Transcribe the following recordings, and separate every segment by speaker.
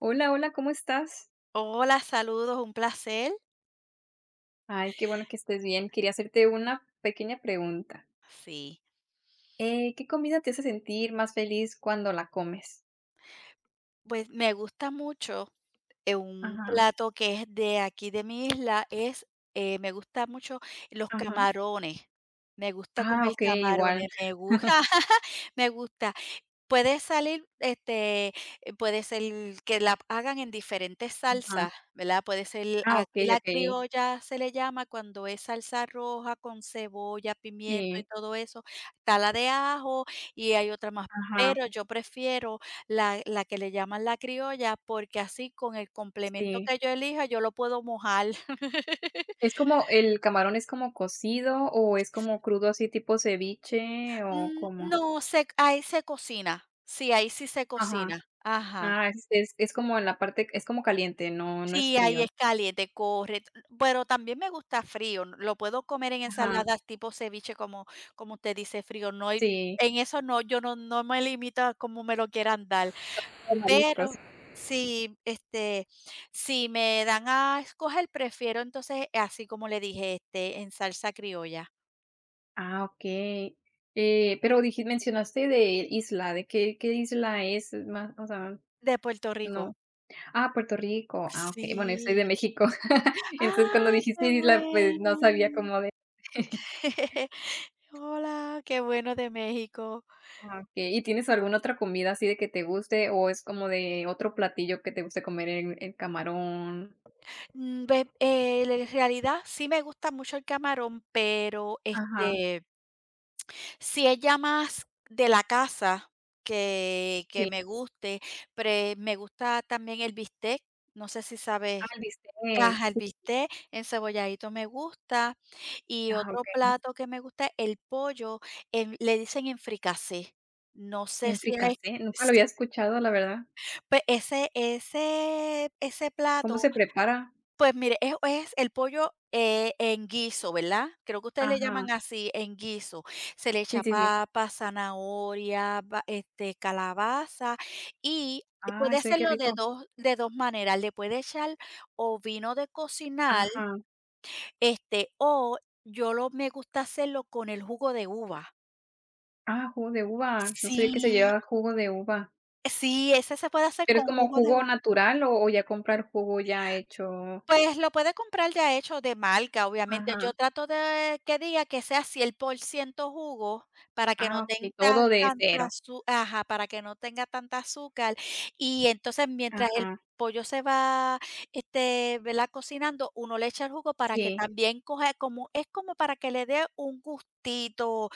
Speaker 1: Hola, hola, ¿cómo estás?
Speaker 2: Hola, saludos, un placer.
Speaker 1: Ay, qué bueno que estés bien. Quería hacerte una pequeña pregunta.
Speaker 2: Sí,
Speaker 1: ¿Qué comida te hace sentir más feliz cuando la comes?
Speaker 2: pues me gusta mucho, un
Speaker 1: Ajá,
Speaker 2: plato que es de aquí de mi isla, me gusta mucho los
Speaker 1: ajá.
Speaker 2: camarones. Me gusta
Speaker 1: Ah,
Speaker 2: comer
Speaker 1: okey, igual.
Speaker 2: camarones, me gusta, me gusta. Puede salir, este, puede ser que la hagan en diferentes
Speaker 1: Ajá.
Speaker 2: salsas, ¿verdad? Puede ser,
Speaker 1: Ah,
Speaker 2: aquí
Speaker 1: okey,
Speaker 2: la
Speaker 1: okey.
Speaker 2: criolla se le llama cuando es salsa roja con cebolla, pimiento y
Speaker 1: Sí.
Speaker 2: todo eso, está la de ajo y hay otra más,
Speaker 1: Ajá,
Speaker 2: pero yo prefiero la que le llaman la criolla, porque así con el complemento
Speaker 1: sí.
Speaker 2: que yo elija, yo lo puedo mojar.
Speaker 1: ¿Es como el camarón es como cocido o es como crudo, así tipo ceviche o
Speaker 2: Mm,
Speaker 1: cómo?
Speaker 2: no, se ahí se cocina, sí, ahí sí se
Speaker 1: Ajá.
Speaker 2: cocina, ajá.
Speaker 1: Ah, es como en la parte es como caliente, no no es
Speaker 2: Sí, ahí
Speaker 1: frío.
Speaker 2: es caliente, corre. Pero también me gusta frío, lo puedo comer en
Speaker 1: Ajá,
Speaker 2: ensaladas tipo ceviche, como usted dice, frío, no hay
Speaker 1: sí,
Speaker 2: en eso no, yo no me limito a cómo me lo quieran dar,
Speaker 1: los mariscos.
Speaker 2: pero sí, si me dan a escoger, prefiero entonces, así como le dije, en salsa criolla
Speaker 1: Ah, okey. Pero diji mencionaste de isla, ¿de qué qué isla es? Es más, o sea,
Speaker 2: de Puerto Rico.
Speaker 1: no. Ah, Puerto Rico. Ah, okey. Bueno, yo soy de
Speaker 2: Sí.
Speaker 1: México. Entonces, cuando
Speaker 2: ¡Ah,
Speaker 1: dijiste
Speaker 2: qué
Speaker 1: isla, pues, no sabía
Speaker 2: bueno!
Speaker 1: cómo de
Speaker 2: Hola, qué bueno de México.
Speaker 1: Ah, okey. ¿Y tienes alguna otra comida así de que te guste, o es como de otro platillo que te guste comer, el camarón?
Speaker 2: Mm, ve en realidad sí me gusta mucho el camarón, pero,
Speaker 1: Ajá,
Speaker 2: si es ya más de la casa que
Speaker 1: sí.
Speaker 2: me guste, pero me gusta también el bistec, no sé si
Speaker 1: Ah,
Speaker 2: sabes
Speaker 1: el bistec.
Speaker 2: ajá, el
Speaker 1: Sí.
Speaker 2: bistec encebolladito me gusta, y
Speaker 1: Ah,
Speaker 2: otro
Speaker 1: okey.
Speaker 2: plato que me gusta, el pollo, en le dicen en fricasé, no sé
Speaker 1: En
Speaker 2: si es
Speaker 1: fricasé, nunca lo había escuchado, la verdad.
Speaker 2: pues ese
Speaker 1: ¿Cómo
Speaker 2: plato.
Speaker 1: se prepara?
Speaker 2: Pues mire, es el pollo, en guiso, ¿verdad? Creo que ustedes le
Speaker 1: Ajá.
Speaker 2: llaman así, en guiso. Se le
Speaker 1: Sí,
Speaker 2: echa
Speaker 1: sí, sí.
Speaker 2: papa, zanahoria, calabaza y
Speaker 1: Ay,
Speaker 2: puede
Speaker 1: se ve qué
Speaker 2: hacerlo de
Speaker 1: rico.
Speaker 2: dos maneras. Le puede echar o vino de cocinar,
Speaker 1: Ajá.
Speaker 2: o yo lo me gusta hacerlo con el jugo de uva.
Speaker 1: Ah, jugo de uva. No sabía que se
Speaker 2: Sí,
Speaker 1: llevaba jugo de uva.
Speaker 2: sí, ese se puede hacer
Speaker 1: ¿Pero es
Speaker 2: con
Speaker 1: como
Speaker 2: jugo de
Speaker 1: jugo natural o ya comprar jugo ya hecho?
Speaker 2: pues, lo puede comprar ya hecho de marca, obviamente.
Speaker 1: Ajá.
Speaker 2: Yo trato de que diga que sea 100% jugo para que no
Speaker 1: Ah, ok
Speaker 2: tenga
Speaker 1: todo de
Speaker 2: tanta
Speaker 1: cero.
Speaker 2: azu ajá, para que no tenga tanta azúcar. Y entonces, mientras
Speaker 1: Ajá,
Speaker 2: el pollo se va, ¿verdad?, cocinando, uno le echa el jugo para que
Speaker 1: sí.
Speaker 2: también coja como es como para que le dé un gustito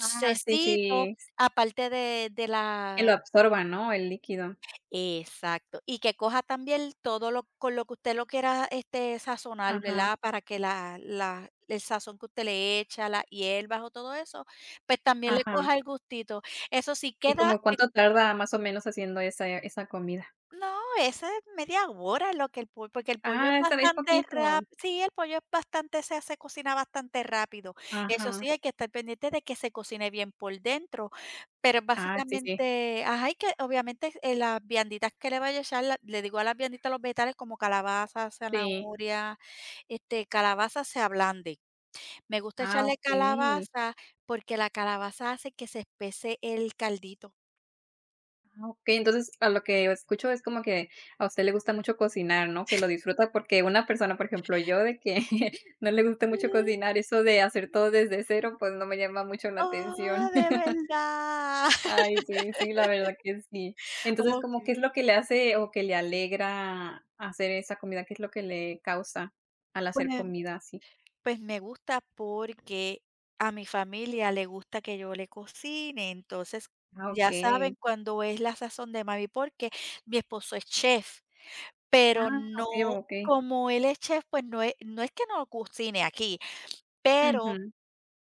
Speaker 1: Ah, sí, sí,
Speaker 2: aparte de
Speaker 1: que lo
Speaker 2: la
Speaker 1: absorba, ¿no?, el líquido.
Speaker 2: exacto, y que coja también todo lo con lo que usted lo quiera, sazonar,
Speaker 1: Ajá,
Speaker 2: ¿verdad? Para que la la el sazón que usted le echa, las hierbas o todo eso, pues también le
Speaker 1: ajá.
Speaker 2: coja el gustito. Eso sí,
Speaker 1: ¿Y
Speaker 2: queda
Speaker 1: como cuánto tarda más o menos haciendo esa comida?
Speaker 2: no, esa es media hora lo que el pollo, porque el pollo es
Speaker 1: Ah, esa vez
Speaker 2: bastante
Speaker 1: poquito.
Speaker 2: rápido. Sí, el pollo es bastante se hace, cocina bastante rápido. Eso
Speaker 1: Ajá.
Speaker 2: sí, hay que estar pendiente de que se cocine bien por dentro, pero
Speaker 1: Ah, sí, sí,
Speaker 2: básicamente, ajá, y que obviamente, las vianditas que le vaya a echar, la le digo a las vianditas, los vegetales como calabaza,
Speaker 1: sí.
Speaker 2: zanahoria, calabaza se ablande. Me gusta
Speaker 1: Ah,
Speaker 2: echarle
Speaker 1: ok
Speaker 2: calabaza, porque la calabaza hace que se espese el caldito.
Speaker 1: Ah, okey, entonces, a lo que escucho es como que a usted le gusta mucho cocinar, ¿no? Que lo disfruta, porque una persona, por ejemplo, yo de que no le gusta mucho
Speaker 2: Mm,
Speaker 1: cocinar, eso de hacer todo desde cero, pues, no me llama mucho la
Speaker 2: oh,
Speaker 1: atención.
Speaker 2: de verdad.
Speaker 1: Ay, sí, sí, la verdad que sí. Entonces, ¿como
Speaker 2: Okey.
Speaker 1: qué es lo que le hace o que le alegra hacer esa comida? ¿Qué es lo que le causa al hacer
Speaker 2: Pues
Speaker 1: comida así?
Speaker 2: pues me gusta porque a mi familia le gusta que yo le cocine, entonces
Speaker 1: Ah,
Speaker 2: ya
Speaker 1: okey.
Speaker 2: saben cuando es la sazón de mami, porque mi esposo es chef, pero
Speaker 1: Ah,
Speaker 2: no
Speaker 1: okey, okey.
Speaker 2: como él es chef, pues no es que no cocine aquí, pero
Speaker 1: Ujú.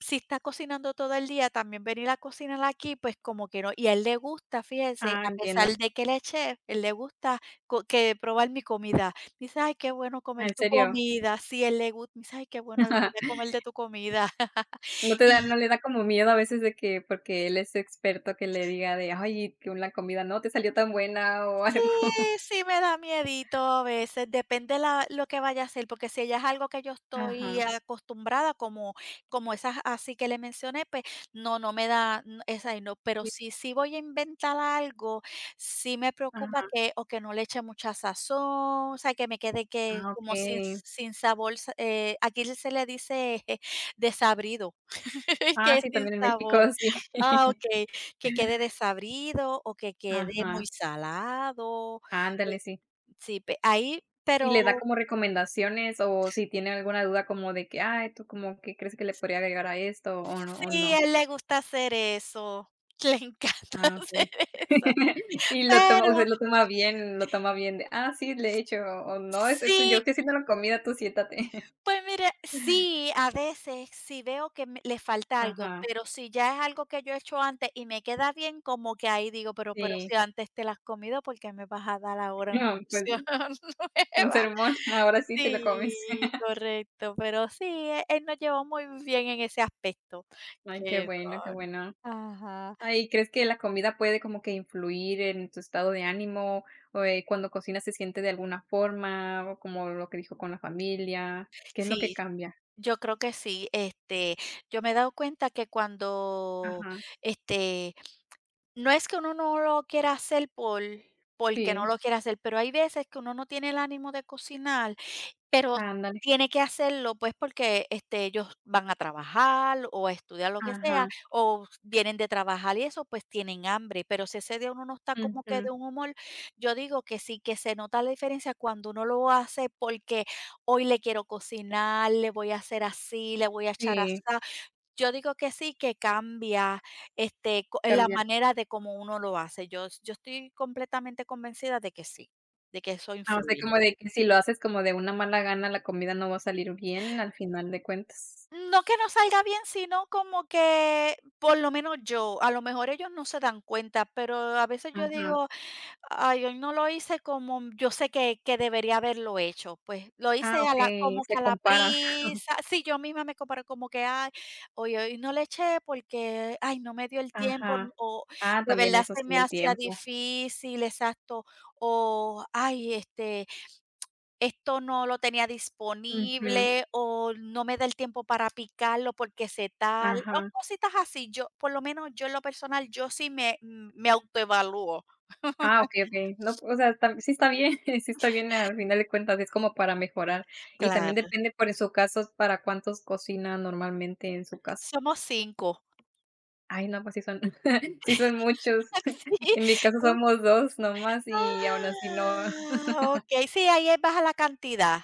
Speaker 2: si está cocinando todo el día, también venir a cocinar aquí, pues como que no. Y a él le gusta, fíjese,
Speaker 1: Ah,
Speaker 2: a pesar
Speaker 1: entiendo.
Speaker 2: de que él es chef, él le gusta co que probar mi comida. Dice: "Ay, qué bueno
Speaker 1: Ah,
Speaker 2: comer
Speaker 1: ¿en
Speaker 2: tu
Speaker 1: serio?
Speaker 2: comida". Sí, él le gusta. Dice: "Ay, qué bueno volver a comer de tu comida".
Speaker 1: No te da
Speaker 2: Y
Speaker 1: no le da como miedo a veces de que porque él es experto que le diga de: "Ay, que la comida no te salió tan buena", o
Speaker 2: Sí,
Speaker 1: algo.
Speaker 2: sí me da miedito a veces, depende la lo que vaya a hacer, porque si ella es algo que yo estoy
Speaker 1: Ajá,
Speaker 2: acostumbrada, como esas así que le mencioné, pues no, no me da, esa y no, pero
Speaker 1: sí,
Speaker 2: si voy a inventar algo, sí me preocupa
Speaker 1: ajá,
Speaker 2: que o que no le eche mucha sazón, o sea, que me quede que
Speaker 1: ah,
Speaker 2: como sin
Speaker 1: okey.
Speaker 2: sin sabor, sa aquí se le dice desabrido,
Speaker 1: Ah,
Speaker 2: que es
Speaker 1: sí,
Speaker 2: sin
Speaker 1: también en México,
Speaker 2: sabor.
Speaker 1: sí.
Speaker 2: Ah, okey, que quede desabrido o que quede muy
Speaker 1: Ajá,
Speaker 2: salado, eh,
Speaker 1: ándale, sí.
Speaker 2: sí, pe ahí
Speaker 1: ¿Y
Speaker 2: pero
Speaker 1: le da como recomendaciones o si tiene alguna duda como de que: "Ay, tú como que crees que le podría agregar a esto", o no o
Speaker 2: sí, a
Speaker 1: no?
Speaker 2: él le gusta hacer eso, le encanta
Speaker 1: Ah, okey.
Speaker 2: hacer eso,
Speaker 1: Y lo toma usted
Speaker 2: pero
Speaker 1: lo toma bien de: "Ah, sí, le he hecho", o: "No, es esto yo
Speaker 2: sí,
Speaker 1: estoy haciendo la comida, tú siéntate".
Speaker 2: pues mira, sí, a veces sí veo que me le falta algo,
Speaker 1: Ajá.
Speaker 2: pero si ya es algo que yo he hecho antes y me queda bien, como que ahí digo: "Pero
Speaker 1: Sí,
Speaker 2: si antes te las has comido, ¿por qué me vas a dar ahora una
Speaker 1: no, pues
Speaker 2: porción
Speaker 1: sí, un
Speaker 2: nueva?".
Speaker 1: sermón, ahora sí te lo comes.
Speaker 2: Sí, correcto, pero sí, él nos llevó muy bien en ese aspecto,
Speaker 1: Ay, qué
Speaker 2: que
Speaker 1: bueno, qué bueno.
Speaker 2: no ajá.
Speaker 1: Ay, ¿crees que la comida puede como que influir en tu estado de ánimo, o, cuando cocinas se siente de alguna forma, o como lo que dijo con la familia? ¿Qué es lo que
Speaker 2: Sí,
Speaker 1: cambia?
Speaker 2: yo creo que sí, yo me he dado cuenta que cuando,
Speaker 1: Ajá,
Speaker 2: este, no es que uno no lo quiera hacer porque no
Speaker 1: sí,
Speaker 2: lo quiera hacer, pero hay veces que uno no tiene el ánimo de cocinar. Pero
Speaker 1: ándale,
Speaker 2: tiene que hacerlo, pues, porque, ellos van a trabajar o a estudiar, lo que
Speaker 1: ajá,
Speaker 2: sea, o vienen de trabajar y eso, pues tienen hambre, pero si ese día uno no está como que
Speaker 1: ujú,
Speaker 2: de un humor, yo digo que sí, que se nota la diferencia cuando uno lo hace porque hoy le quiero cocinar, le voy a hacer así, le voy a echar
Speaker 1: sí,
Speaker 2: asá. Yo digo que sí, que cambia, este, co la
Speaker 1: cambia.
Speaker 2: manera de cómo uno lo hace. Yo estoy completamente convencida de que sí, de que eso
Speaker 1: Ah, o sea,
Speaker 2: influye.
Speaker 1: como de que si lo haces como de una mala gana, la comida no va a salir bien al final de cuentas.
Speaker 2: No que no salga bien, sino como que, por lo menos yo, a lo mejor ellos no se dan cuenta, pero a veces yo
Speaker 1: Ajá.
Speaker 2: digo: "Ay, hoy no lo hice como yo sé que debería haberlo hecho". Pues, lo
Speaker 1: Ah,
Speaker 2: hice a la
Speaker 1: okey,
Speaker 2: como
Speaker 1: se
Speaker 2: que a la
Speaker 1: compara.
Speaker 2: prisa sí, yo misma me comparo como que: "Ay, hoy no le eché porque, ay, no me dio el tiempo",
Speaker 1: Ajá.
Speaker 2: o
Speaker 1: Ah,
Speaker 2: de
Speaker 1: también
Speaker 2: verdad
Speaker 1: eso
Speaker 2: se
Speaker 1: sí,
Speaker 2: me
Speaker 1: el
Speaker 2: hacía
Speaker 1: tiempo.
Speaker 2: difícil, exacto, o: "Ay, esto no lo tenía
Speaker 1: Ujú,
Speaker 2: disponible o no me da el tiempo para picarlo porque se tal o
Speaker 1: ajá.
Speaker 2: cositas así. Yo, por lo menos yo en lo personal, yo sí me autoevalúo.
Speaker 1: Ah, okey, okey. No, o sea, está sí está bien, sí está bien al final de cuentas, es como para mejorar. Y también
Speaker 2: Claro.
Speaker 1: depende, por en su caso, para cuántos cocina normalmente en su casa.
Speaker 2: Somos 5
Speaker 1: Ay, no, pues sí son sí son muchos.
Speaker 2: sí.
Speaker 1: En mi caso
Speaker 2: Uh,
Speaker 1: somos 2 nomás y aún así no
Speaker 2: ah, okey, sí, ahí es baja la cantidad.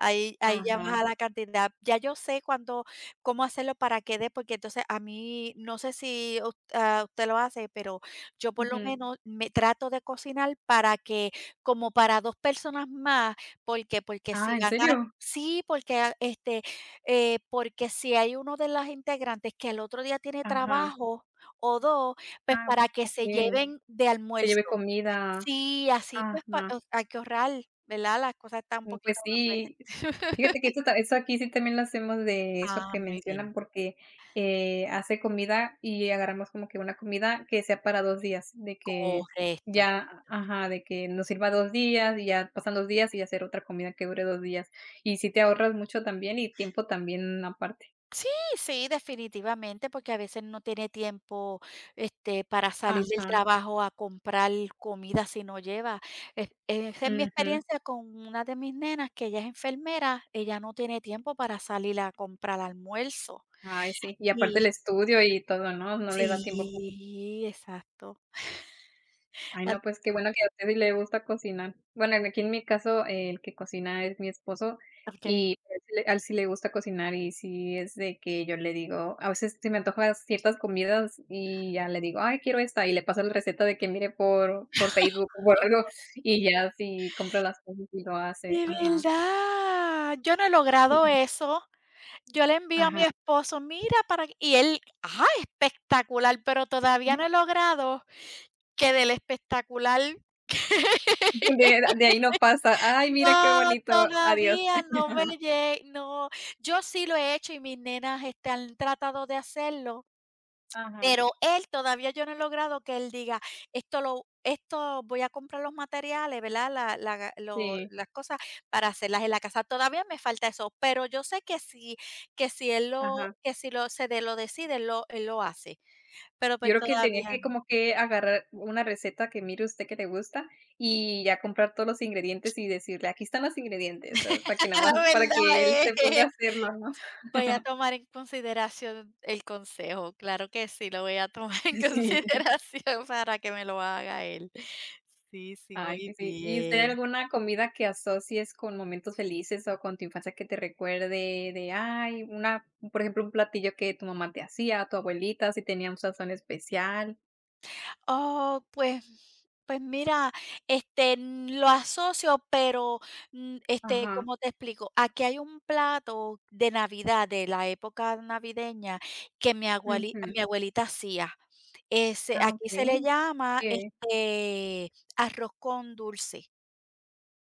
Speaker 2: Ahí ya
Speaker 1: ajá,
Speaker 2: baja la cantidad. Ya yo sé cuándo cómo hacerlo para que dé, porque entonces a mí, no sé si us ah, usted lo hace, pero yo por lo
Speaker 1: ujú.
Speaker 2: menos me trato de cocinar para que como para 2 personas más, porque Porque si
Speaker 1: Ah, ¿en
Speaker 2: van a
Speaker 1: serio?
Speaker 2: sí, porque, porque si hay uno de las integrantes que el otro día tiene
Speaker 1: Ajá.
Speaker 2: trabajo o 2 pues
Speaker 1: Ah,
Speaker 2: para que se
Speaker 1: okey.
Speaker 2: lleven de
Speaker 1: Se lleve
Speaker 2: almuerzo.
Speaker 1: comida.
Speaker 2: Sí, así pues pa
Speaker 1: Ajá.
Speaker 2: o hay que ahorrar, ¿verdad? Las cosas están un
Speaker 1: Mm,
Speaker 2: poquito
Speaker 1: pues
Speaker 2: más.
Speaker 1: sí. Fíjate que esto ta eso aquí sí también lo hacemos de eso
Speaker 2: Ah,
Speaker 1: que
Speaker 2: muy bien.
Speaker 1: mencionan, porque, hace comida y agarramos como que una comida que sea para 2 días, de que
Speaker 2: Correcto.
Speaker 1: ya ajá, de que nos sirva 2 días y ya pasan 2 días y hacer otra comida que dure 2 días. Y sí te ahorras mucho también y tiempo también aparte.
Speaker 2: Sí, sí, definitivamente, porque a veces no tiene tiempo, para salir del
Speaker 1: Ajá,
Speaker 2: trabajo a comprar comida si no lleva. Es esa es mi
Speaker 1: ujú.
Speaker 2: experiencia con una de mis nenas, que ella es enfermera, ella no tiene tiempo para salir a comprar almuerzo.
Speaker 1: Ay, sí. Y aparte
Speaker 2: Y
Speaker 1: el estudio y todo, ¿no? No le da tiempo
Speaker 2: sí, exacto.
Speaker 1: Ay, no,
Speaker 2: Así
Speaker 1: pues qué bueno que a usted sí le gusta cocinar. Bueno, en aquí en mi caso, el que cocina es mi esposo
Speaker 2: okey.
Speaker 1: y a él sí le a él sí le gusta cocinar y sí es de que yo le digo, a veces se me antojan ciertas comidas y ya le digo: "Ay, quiero esta", y le paso la receta de que mire por Facebook o por algo, y ya así compra las cosas y lo hace.
Speaker 2: De
Speaker 1: Ajá.
Speaker 2: verdad, yo no he
Speaker 1: Sí.
Speaker 2: logrado eso. Yo le envío a mi
Speaker 1: Ajá.
Speaker 2: esposo: "Mira para que" y él: "Ah, espectacular", pero todavía no he logrado que del espectacular
Speaker 1: De ahí no pasa. Ay, mira qué
Speaker 2: no,
Speaker 1: bonito. Adiós.
Speaker 2: todavía no me lle no. Yo sí lo he hecho y mis nenas, han tratado de hacerlo,
Speaker 1: Ajá.
Speaker 2: pero él todavía yo no he logrado que él diga: esto voy a comprar los materiales", ¿verdad? La la lo
Speaker 1: Sí.
Speaker 2: las cosas para hacerlas en la casa. Todavía me falta eso, pero yo sé que si él lo
Speaker 1: Ajá.
Speaker 2: que si lo se de lo decide, él lo hace. Pero, pues,
Speaker 1: Yo creo que él tenía
Speaker 2: todavía
Speaker 1: que
Speaker 2: no.
Speaker 1: como que agarrar una receta que mire usted que le gusta, y ya comprar todos los ingredientes y decirle: "Aquí están los ingredientes", o para que nada más para que él
Speaker 2: ¿Verdad?
Speaker 1: se ponga
Speaker 2: Eh,
Speaker 1: a hacerlo, ¿no?
Speaker 2: voy a tomar en consideración el consejo. Claro que sí, lo voy a tomar en
Speaker 1: Sí.
Speaker 2: consideración para que me lo haga él. Sí, sí,
Speaker 1: Ay, que
Speaker 2: muy
Speaker 1: sí. ¿Y usted
Speaker 2: bien.
Speaker 1: alguna comida que asocies con momentos felices o con tu infancia que te recuerde de, ay, una, por ejemplo, un platillo que tu mamá te hacía, tu abuelita, si tenía un sazón especial?
Speaker 2: Oh, pues mira, lo asocio, pero,
Speaker 1: Ajá.
Speaker 2: ¿cómo te explico? Aquí hay un plato de Navidad, de la época navideña, que mi aguali
Speaker 1: Ujú.
Speaker 2: mi abuelita hacía. Ese
Speaker 1: Ah,
Speaker 2: aquí se le
Speaker 1: okey.
Speaker 2: llama,
Speaker 1: ¿Qué?
Speaker 2: arroz con dulce.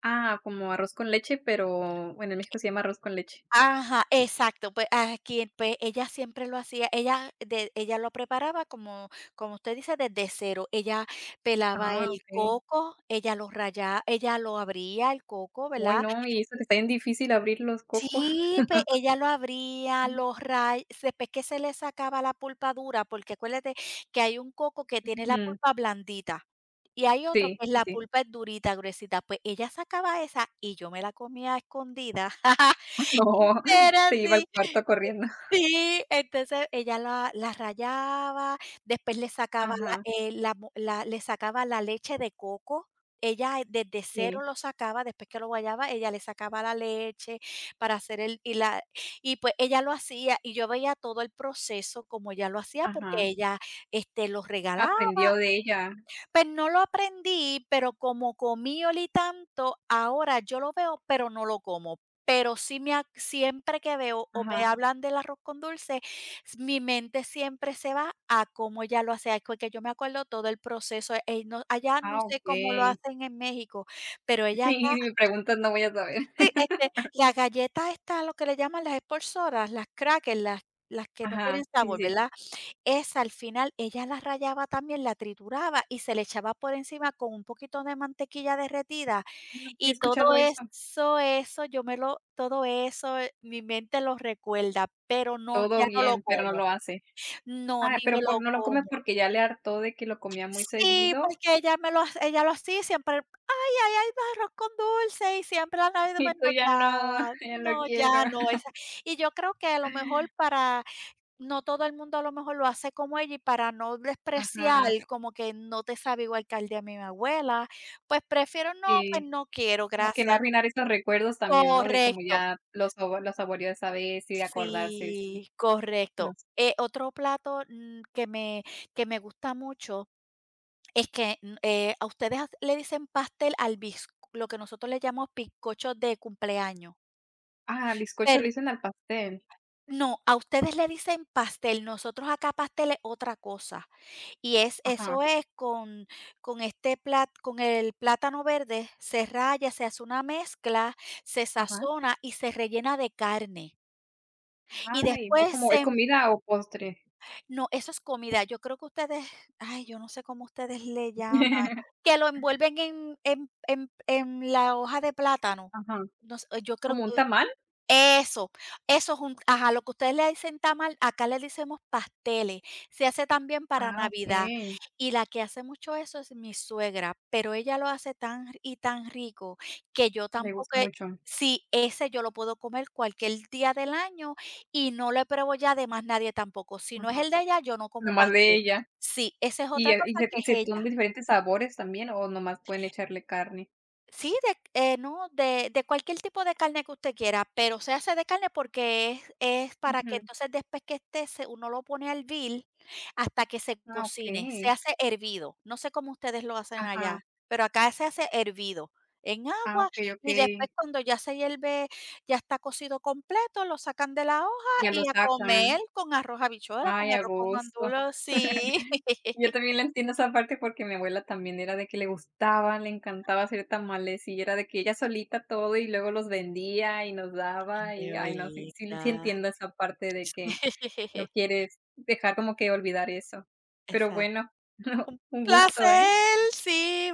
Speaker 1: Ah, como arroz con leche, pero bueno, en México se llama arroz con leche.
Speaker 2: Ajá, exacto. Pues, aquí, pues, ella siempre lo hacía, ella lo preparaba como usted dice, desde cero. Ella pelaba
Speaker 1: Ah,
Speaker 2: el
Speaker 1: okey.
Speaker 2: coco, ella lo abría el coco,
Speaker 1: Uy,
Speaker 2: ¿verdad?
Speaker 1: no, y eso que está bien difícil abrir los cocos.
Speaker 2: Sí, pues, ella lo abría, lo ra después que se le sacaba la pulpa dura, porque acuérdate que hay un coco que tiene la
Speaker 1: Ujú.
Speaker 2: pulpa blandita, y hay otro
Speaker 1: Sí,
Speaker 2: que es
Speaker 1: sí,
Speaker 2: la
Speaker 1: sí.
Speaker 2: pulpa es durita, gruesita. Pues, ella sacaba esa y yo me la comía a escondidas.
Speaker 1: No,
Speaker 2: Era
Speaker 1: se iba al
Speaker 2: así.
Speaker 1: cuarto corriendo.
Speaker 2: Sí, entonces ella la rallaba, después
Speaker 1: Ajá,
Speaker 2: le sacaba la leche de coco. Ella desde cero
Speaker 1: sí,
Speaker 2: lo sacaba, después que lo guayaba, ella le sacaba la leche para hacer el y la y pues ella lo hacía, y yo veía todo el proceso como ella lo hacía, porque
Speaker 1: ajá.
Speaker 2: ella, lo regalaba.
Speaker 1: Aprendió de ella.
Speaker 2: Pues no lo aprendí, pero como comí y olí tanto, ahora yo lo veo, pero no lo como. Pero sí me ac siempre que veo o me
Speaker 1: Ajá.
Speaker 2: hablan del arroz con dulce, mi mente siempre se va a cómo ella lo hace, ay, porque yo me acuerdo todo el proceso, no allá no
Speaker 1: Ah,
Speaker 2: sé cómo lo
Speaker 1: okey.
Speaker 2: hacen en México, pero ella acá,
Speaker 1: Y si me preguntas, no voy a saber.
Speaker 2: sí, la galleta esta, lo que le llaman las Sport las crackers, las que no tienen
Speaker 1: Ajá, sí,
Speaker 2: sabor,
Speaker 1: sí.
Speaker 2: ¿verdad? Esa al final ella la rayaba también, la trituraba y se le echaba por encima con un poquito de mantequilla derretida,
Speaker 1: Ay, nunca había
Speaker 2: y todo
Speaker 1: escuchado eso.
Speaker 2: eso eso yo me lo todo eso, mi mente lo recuerda, pero no, ya
Speaker 1: Todo
Speaker 2: no lo
Speaker 1: bien, pero no
Speaker 2: como.
Speaker 1: lo hace.
Speaker 2: No,
Speaker 1: Ah,
Speaker 2: ni me
Speaker 1: pero por
Speaker 2: lo
Speaker 1: no lo come
Speaker 2: como.
Speaker 1: porque ya le hartó de que lo comía muy
Speaker 2: Sí,
Speaker 1: seguido,
Speaker 2: porque ella me lo ha ella lo hacía y siempre: "Ay, ay, ay, arroz con dulce", y siempre la Navidad,
Speaker 1: y
Speaker 2: pues,
Speaker 1: tú
Speaker 2: nos
Speaker 1: ya no,
Speaker 2: daba.
Speaker 1: ya no
Speaker 2: No,
Speaker 1: quiero.
Speaker 2: ya no, esa y yo creo que a lo mejor para no todo el mundo a lo mejor lo hace como ella y para no despreciar,
Speaker 1: Ajá,
Speaker 2: como que no te sabe igual que al de mi abuela, pues prefiero no, pues
Speaker 1: sí.
Speaker 2: no quiero,
Speaker 1: Como que no
Speaker 2: gracias.
Speaker 1: arruinar esos recuerdos también, ¿no? De como
Speaker 2: Correcto,
Speaker 1: ya los sabo lo saboreó esa vez y de acordarse, sí,
Speaker 2: sí,
Speaker 1: no
Speaker 2: correcto.
Speaker 1: sé.
Speaker 2: Otro plato, que me gusta mucho es que, a ustedes as le dicen pastel al bizc lo que nosotros le llamamos bizcocho de cumpleaños.
Speaker 1: Ah, bizcocho le dicen al pastel.
Speaker 2: No, a ustedes le dicen pastel, nosotros acá pastel es otra cosa. Y es
Speaker 1: Ajá,
Speaker 2: eso es con este plat con el plátano verde, se raya, se hace una mezcla, se
Speaker 1: ajá.
Speaker 2: sazona y se rellena de carne. Y
Speaker 1: Ay, ¿es
Speaker 2: después
Speaker 1: como es
Speaker 2: se
Speaker 1: comida o postre?
Speaker 2: no, eso es comida. Yo creo que ustedes, ay, yo no sé cómo ustedes le llaman, que lo envuelven en la hoja de plátano.
Speaker 1: Ajá,
Speaker 2: No sé, yo creo
Speaker 1: ¿como un tamal?
Speaker 2: eso, eso es un ajá, lo que ustedes le dicen tamal, acá le decimos pasteles. Se hace también para
Speaker 1: Ah,
Speaker 2: Navidad.
Speaker 1: okey,
Speaker 2: Y la que hace mucho eso es mi suegra, pero ella lo hace tan r y tan rico que yo
Speaker 1: me gusta
Speaker 2: tampoco he
Speaker 1: mucho.
Speaker 2: sí, ese yo lo puedo comer cualquier día del año y no le pruebo ya de más nadie tampoco. Si no es
Speaker 1: Ajá,
Speaker 2: el de ella, yo no como
Speaker 1: nomás de
Speaker 2: pastel.
Speaker 1: ella.
Speaker 2: Sí, esa es otra cosa que
Speaker 1: Y se
Speaker 2: es
Speaker 1: son
Speaker 2: ella.
Speaker 1: diferentes sabores también o nomás pueden echarle carne?
Speaker 2: Sí, de no, de cualquier tipo de carne que usted quiera, pero se hace de carne porque es para que
Speaker 1: Ujú.
Speaker 2: entonces después que esté se uno lo pone a hervir hasta que se
Speaker 1: Ah,
Speaker 2: cocine, se
Speaker 1: okey.
Speaker 2: hace hervido. No sé cómo ustedes lo hacen allá,
Speaker 1: Ajá.
Speaker 2: pero acá se hace hervido en
Speaker 1: Ah,
Speaker 2: agua
Speaker 1: okey,
Speaker 2: y
Speaker 1: okey.
Speaker 2: después cuando ya se hierve, ya está cocido completo, lo sacan de la hoja
Speaker 1: Ya lo
Speaker 2: y a comer
Speaker 1: sacan.
Speaker 2: con arroz habichuela, con
Speaker 1: Ay, a
Speaker 2: arroz con
Speaker 1: gusto.
Speaker 2: gandules, sí.
Speaker 1: Yo también la entiendo esa parte porque mi abuela también era de que le gustaba, le encantaba hacer tamales y era de que ella solita todo y luego los vendía y nos daba
Speaker 2: ¡Qué
Speaker 1: y, ay no, sí, sí, sí
Speaker 2: bonita!
Speaker 1: entiendo esa parte de que no quieres dejar como que olvidar eso. Pero
Speaker 2: Exacto.
Speaker 1: bueno,
Speaker 2: Un
Speaker 1: un gusto, ¿eh?
Speaker 2: placer, sí.